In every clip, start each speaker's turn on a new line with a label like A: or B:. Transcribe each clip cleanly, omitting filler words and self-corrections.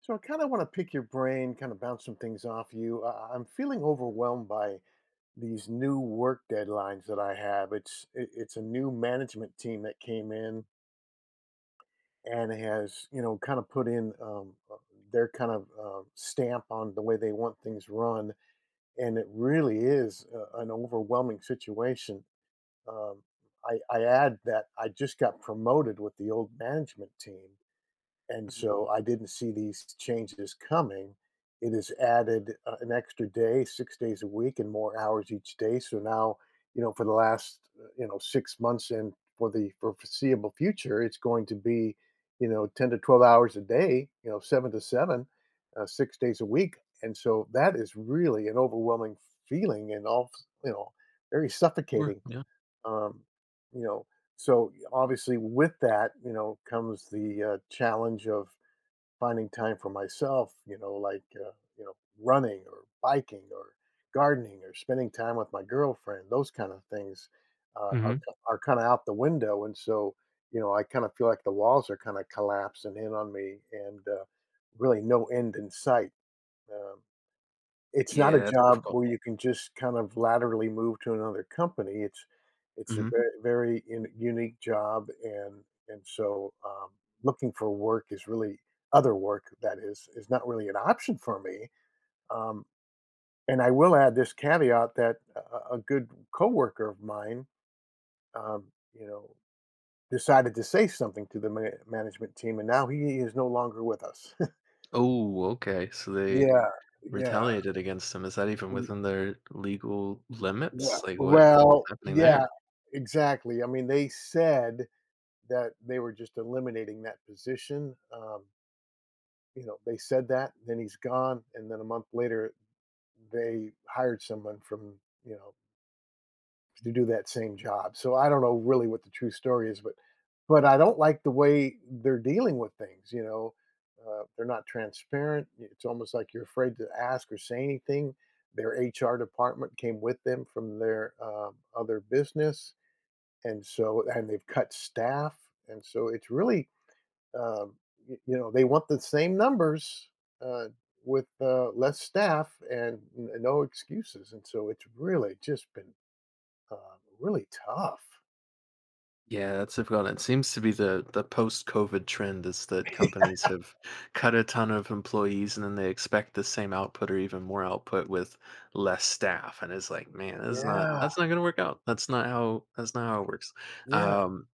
A: So I kind of want to pick your brain, kind of bounce some things off you. I'm feeling overwhelmed by these new work deadlines that I have. It's a new management team that came in and has you know kind of put in their kind of stamp on the way they want things run, and it really is an overwhelming situation. Um, I add that I just got promoted with the old management team and so I didn't see these changes coming. It has added an extra day, 6 days a week, and more hours each day. So now, you know, for the last you know 6 months and for the foreseeable future, it's going to be, you know, 10 to 12 hours a day. You know, seven to seven, 6 days a week. And so that is really an overwhelming feeling, and all you know, very
B: Or
A: suffocating
B: yeah.
A: um, you know, so obviously with that, you know, comes the challenge of finding time for myself. You know, like running or biking or gardening or spending time with my girlfriend. Those kind of things uh, are
B: Mhm.
A: are kind of out the window, and so you know, I kind of feel like the walls are kind of collapsing in on me, and really no end in sight. Um, it's not a
B: Yeah, that's
A: job
B: difficult.
A: where you can just kind of laterally move to another company. It's a
B: Mhm.
A: very, very un unique job, and so, looking for work is really other work that is not really an option for me, um, and I will add this caveat that a good coworker of mine, um, you know, decided to say something to the management team, and now he is no longer with us.
B: Oh, okay, so they
A: Yeah, yeah.
B: retaliated against him. Is that even within their legal
A: Yeah.
B: limits? Like, what was happening there?
A: Exactly. I mean, they said that they were just eliminating that position. You know, they said that, then he's gone, and then a month later they hired someone from, you know, to do that same job. So I don't know really what the true story is, but I don't like the way they're dealing with things, you know. They're not transparent. It's almost like you're afraid to ask or say anything. Their HR department came with them from their other business and so and they've cut staff, and so it's really, um, you know, they want the same numbers uh, with less staff and no excuses, and so it's really just been really tough.
B: Yeah, that's difficult. It seems to be the post-COVID trend is that companies have cut a ton of employees, and then they expect the same output or even more output with less staff, and it's like, "Man,
A: Yeah,
B: that's not gonna work out. That's not how it works."
A: yeah,
B: Um.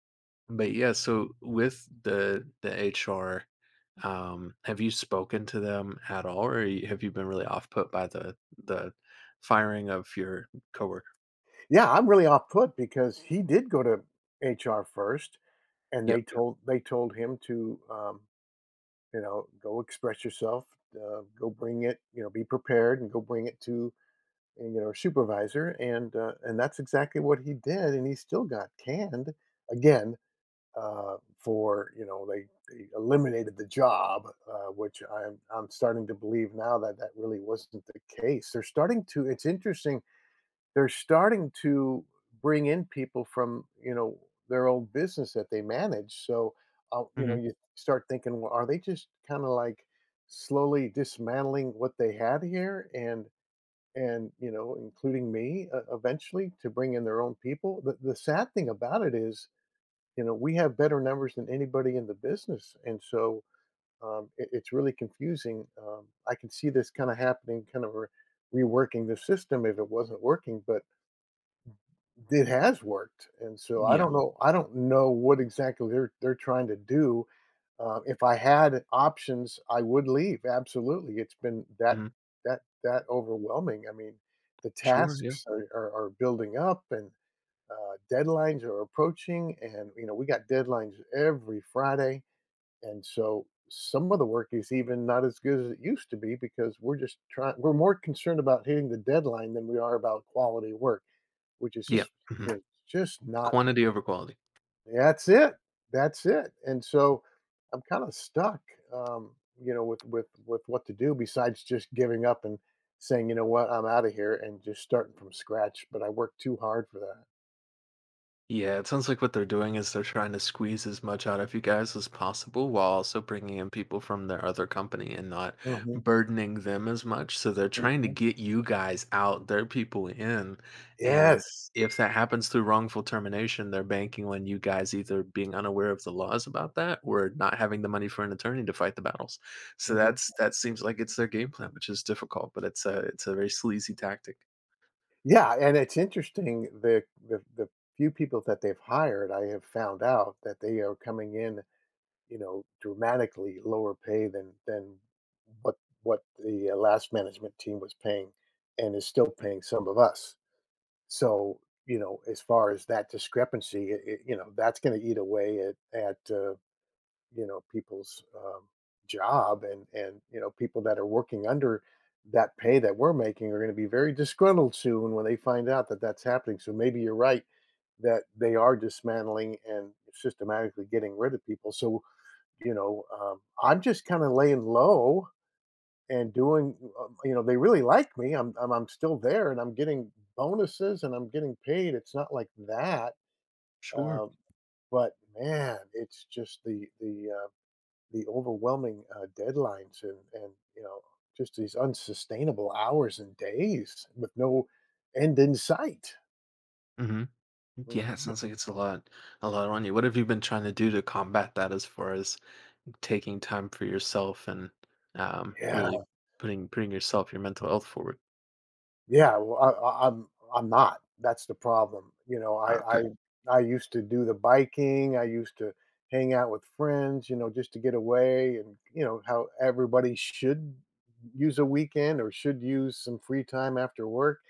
B: But yeah, so with the HR, have you spoken to them at all, or have you been really off put by the firing of your coworker?
A: yeah. I'm really off put because he did go to HR first, and
B: Yeah.
A: they told him to, you know, go express yourself, go bring it, you know, be prepared, and go bring it to you know, supervisor, and that's exactly what he did, and he still got canned again for you know they eliminated the job, which I'm starting to believe now that that really wasn't the case. They're starting to. It's interesting. They're starting to bring in people from you know their own business that they manage. So you know
B: Hmm.
A: you start thinking, well, are they just kind of like slowly dismantling what they had here and you know including me eventually to bring in their own people the sad thing about it is you know we have better numbers than anybody in the business and so it's really confusing I can see this kind of happening reworking the system if it wasn't working but it has worked, and so
B: Yeah.
A: I don't know what exactly they're trying to do. If I had options, I would leave, absolutely. It's been
B: Hmm.
A: that overwhelming. I mean, the
B: Sure. Yeah.
A: tasks are building up and deadlines are approaching and you know, we got deadlines every Friday and so some of the work is even not as good as it used to be because we're just trying we're more concerned about hitting the deadline than we are about quality work which is
B: Yeah.
A: just
B: Hmm.
A: you know, just not
B: Quantity over quality.
A: that's it that's it and so I'm kind of stuck um you know with what to do besides just giving up and saying you know what I'm out of here and just starting from scratch but I worked too hard for that.
B: Yeah, it sounds like what they're doing is they're trying to squeeze as much out of you guys as possible while also bringing in people from their other company and not
A: Mhm,
B: burdening them as much. So they're trying to
A: mhm.
B: get you guys out, their people in. And
A: Yes.
B: if that happens through wrongful termination, they're banking on you guys either being unaware of the laws about that or not having the money for an attorney to fight the battles. So that's
A: Hmm.
B: that seems like it's their game plan, which is difficult, but it's a very sleazy tactic.
A: Yeah, and it's interesting the few people that they've hired, I have found out that they are coming in you know, dramatically lower pay than what what the last management team was paying, and is still paying some of us. So you know, as far as that discrepancy, you know, that's going to eat away at you know people's job and you know people that are working under that pay that we're making are going to be very disgruntled soon when they find out that that's happening. So maybe you're right that they are dismantling and systematically getting rid of people. So you know, I'm just kinda laying low and doing you know, they really like me, I'm still there and I'm getting bonuses and I'm getting paid, it's not like that,
B: Sure.
A: um, but man, it's just the overwhelming, deadlines and, you know, just these unsustainable hours and days with no end in sight.
B: Mhm. Yeah, it
A: Mhm. Yeah.
B: sounds like it's a lot on you. What have you been trying to do to combat that, as far as taking time for yourself and
A: Yeah.
B: really putting yourself, your mental health forward?
A: Well, I'm I'm not. That's the problem. You know, I
B: Okay.
A: I I used to do the biking. I used to hang out with friends, you know, just to get away and, you know, how everybody should use a weekend or should use some free time after work.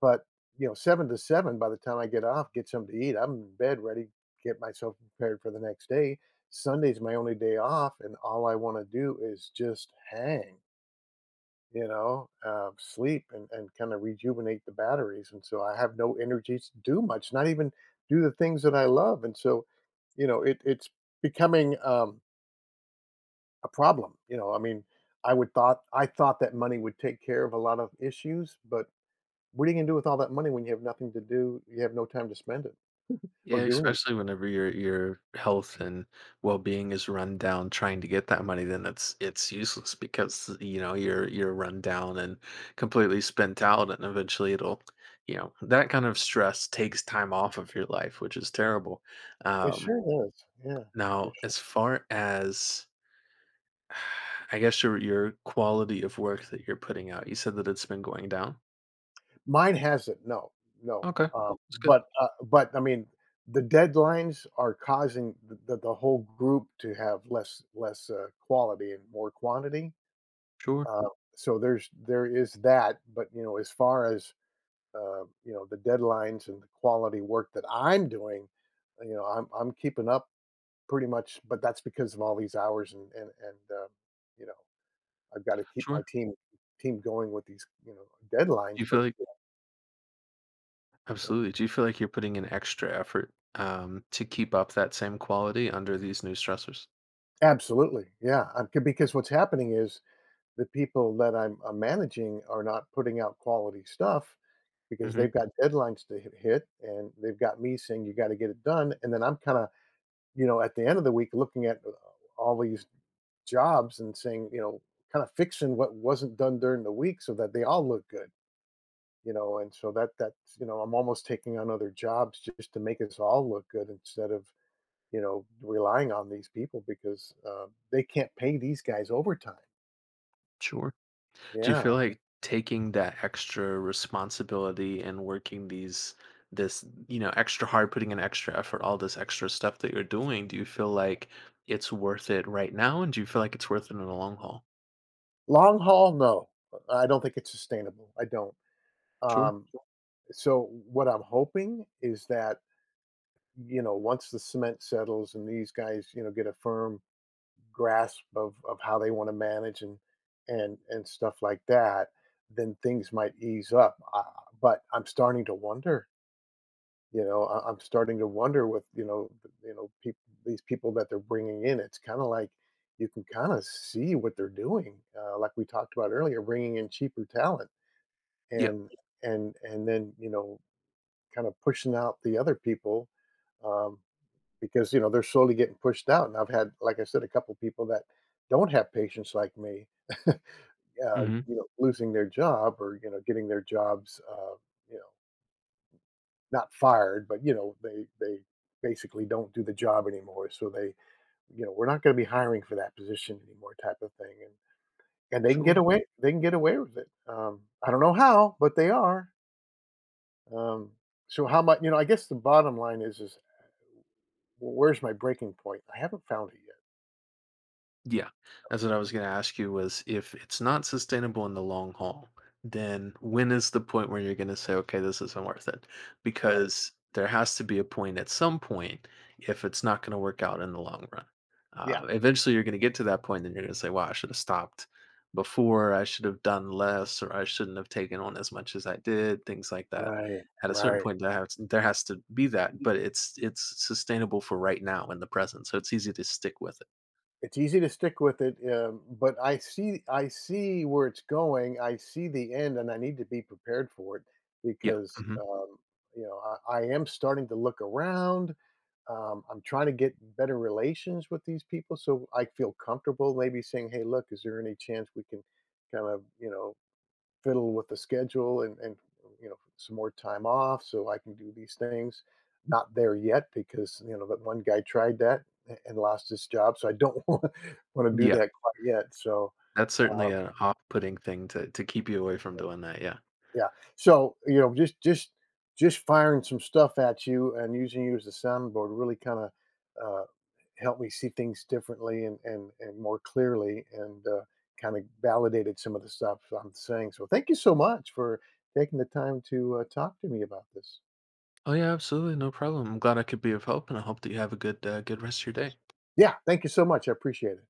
A: But, you know, 7 to 7 by the time I get off, get something to eat, I'm in bed ready, to get myself prepared for the next day. Sunday's my only day off and all I want to do is just hang you know, sleep and kind of rejuvenate the batteries. And so I have no energy to do much, not even do the things that I love. And so, you know, it, it's becoming a problem. You know, I mean, I thought that money would take care of a lot of issues, but what are you gonna do with all that money when you have nothing to do? You have no time to spend it or
B: Yeah,
A: do anything.
B: especially whenever your health and well being is run down, trying to get that money, then it's useless because you know you're run down and completely spent out, and eventually it'll, you know, that kind of stress takes time off of your life, which is terrible.
A: It
B: Um,
A: sure is. Yeah.
B: now, as far as, I guess your quality of work that you're putting out, you said that it's been going down?
A: Mine hasn't, no, no,
B: Okay,
A: um,
B: that's good.
A: but I mean, the deadlines are causing the whole group to have less, quality and more quantity,
B: Sure,
A: uh, so there is that, but, you know, as far as, you know, the deadlines and the quality work that I'm doing, you know, I'm keeping up pretty much, but that's because of all these hours and you know, I've gotta keep my
B: sure.
A: team going with these, you know,
B: Do
A: deadlines,
B: you feel
A: but,
B: like,
A: yeah.
B: absolutely, do you feel like you're putting in extra effort, to keep up that same quality under these new stressors?
A: Absolutely, yeah, because what's happening is the people that I'm managing are not putting out quality stuff because
B: Mhm,
A: they've got deadlines to hit, and they've got me saying, "You gotta get it done," and then I'm kinda, you know, at the end of the week looking at all these jobs and saying, you know, kinda fixing what wasn't done during the week so that they all look good, you know, and so that that's you know, I'm almost taking on other jobs just to make us all look good instead of you know, relying on these people because they can't pay these guys overtime.
B: sure. Do you feel
A: Yeah.
B: like taking that extra responsibility and working these, this, you know, extra hard, putting in extra effort, all this extra stuff that you're doing, do you feel like it's worth it right now, and do you feel like it's worth it in the long haul?
A: Long haul, no. I don't think it's sustainable. I don't.
B: Sure.
A: Um, so what I'm hoping is that, you know, once the cement settles and these guys, you know, get a firm grasp of how they want to manage and stuff like that, then things might ease up. But I'm starting to wonder. You know, I'm starting to wonder with, you know, th you know, peop these people that they're bringing in, it's kinda like you can kinda see what they're doing, like we talked about earlier, bringing in cheaper talent
B: Yeah.
A: and yeah. And then, you know, kinda pushing out the other people, um, because, you know, they're slowly getting pushed out, and I've had, like I said, a couple people that don't have patience like me,
B: Mhm.
A: you know, losing their job or, you know, getting their jobs, you know not fired, but you know, they basically don't do the job anymore. So they, you know, we're not going to be hiring for that position anymore, type of thing. And they can get
B: Sure.
A: away, they can get away with it. I don't know how, but they are. Um, so how much? You know, I guess the bottom line is where's my breaking point? I haven't found it
B: Yeah. That's what I was going to ask you, was if it's not sustainable in the long haul, then when is the point where you're going to say, okay, this isn't worth it?
A: yet. Right.
B: Because there has to be a point at some point if it's not going to work out in the long run.
A: Yeah.
B: Eventually, you're going to get to that point, and you're going to say, wow, I should have stopped before. I should have done less, or I shouldn't have taken on as much as I did, things like that.
A: Right.
B: At a certain
A: Right.
B: point, there has to be that, but it's sustainable for right now in the present. So it's easy to stick with it.
A: It's easy to stick with it, but I see where it's going, I see the end, and I need to be prepared for it
B: Yeah.
A: because,
B: Mhm.
A: you know, I am starting to look around. I'm trying to get better relations with these people so I feel comfortable maybe saying, "Hey, look, is there any chance we can kind of, you know, fiddle with the schedule and you know some more time off so I can do these things. Not there yet because you know that one guy tried that and lost his job, so I don't want to do
B: Yeah.
A: that quite yet. So.
B: That's certainly
A: uh,
B: an off-putting thing to keep you away from doing that, yeah.
A: Yeah. So, you know, just firing some stuff at you and using you as a soundboard really kind of uh, helped me see things differently and more clearly, and kind of validated some of the stuff I'm saying. So, thank you so much for taking the time to talk to me about this.
B: Oh, yeah, absolutely, no problem. I'm glad I could be of help, and I hope that you have a good, good rest of your day.
A: Yeah, thank you so much. I appreciate it.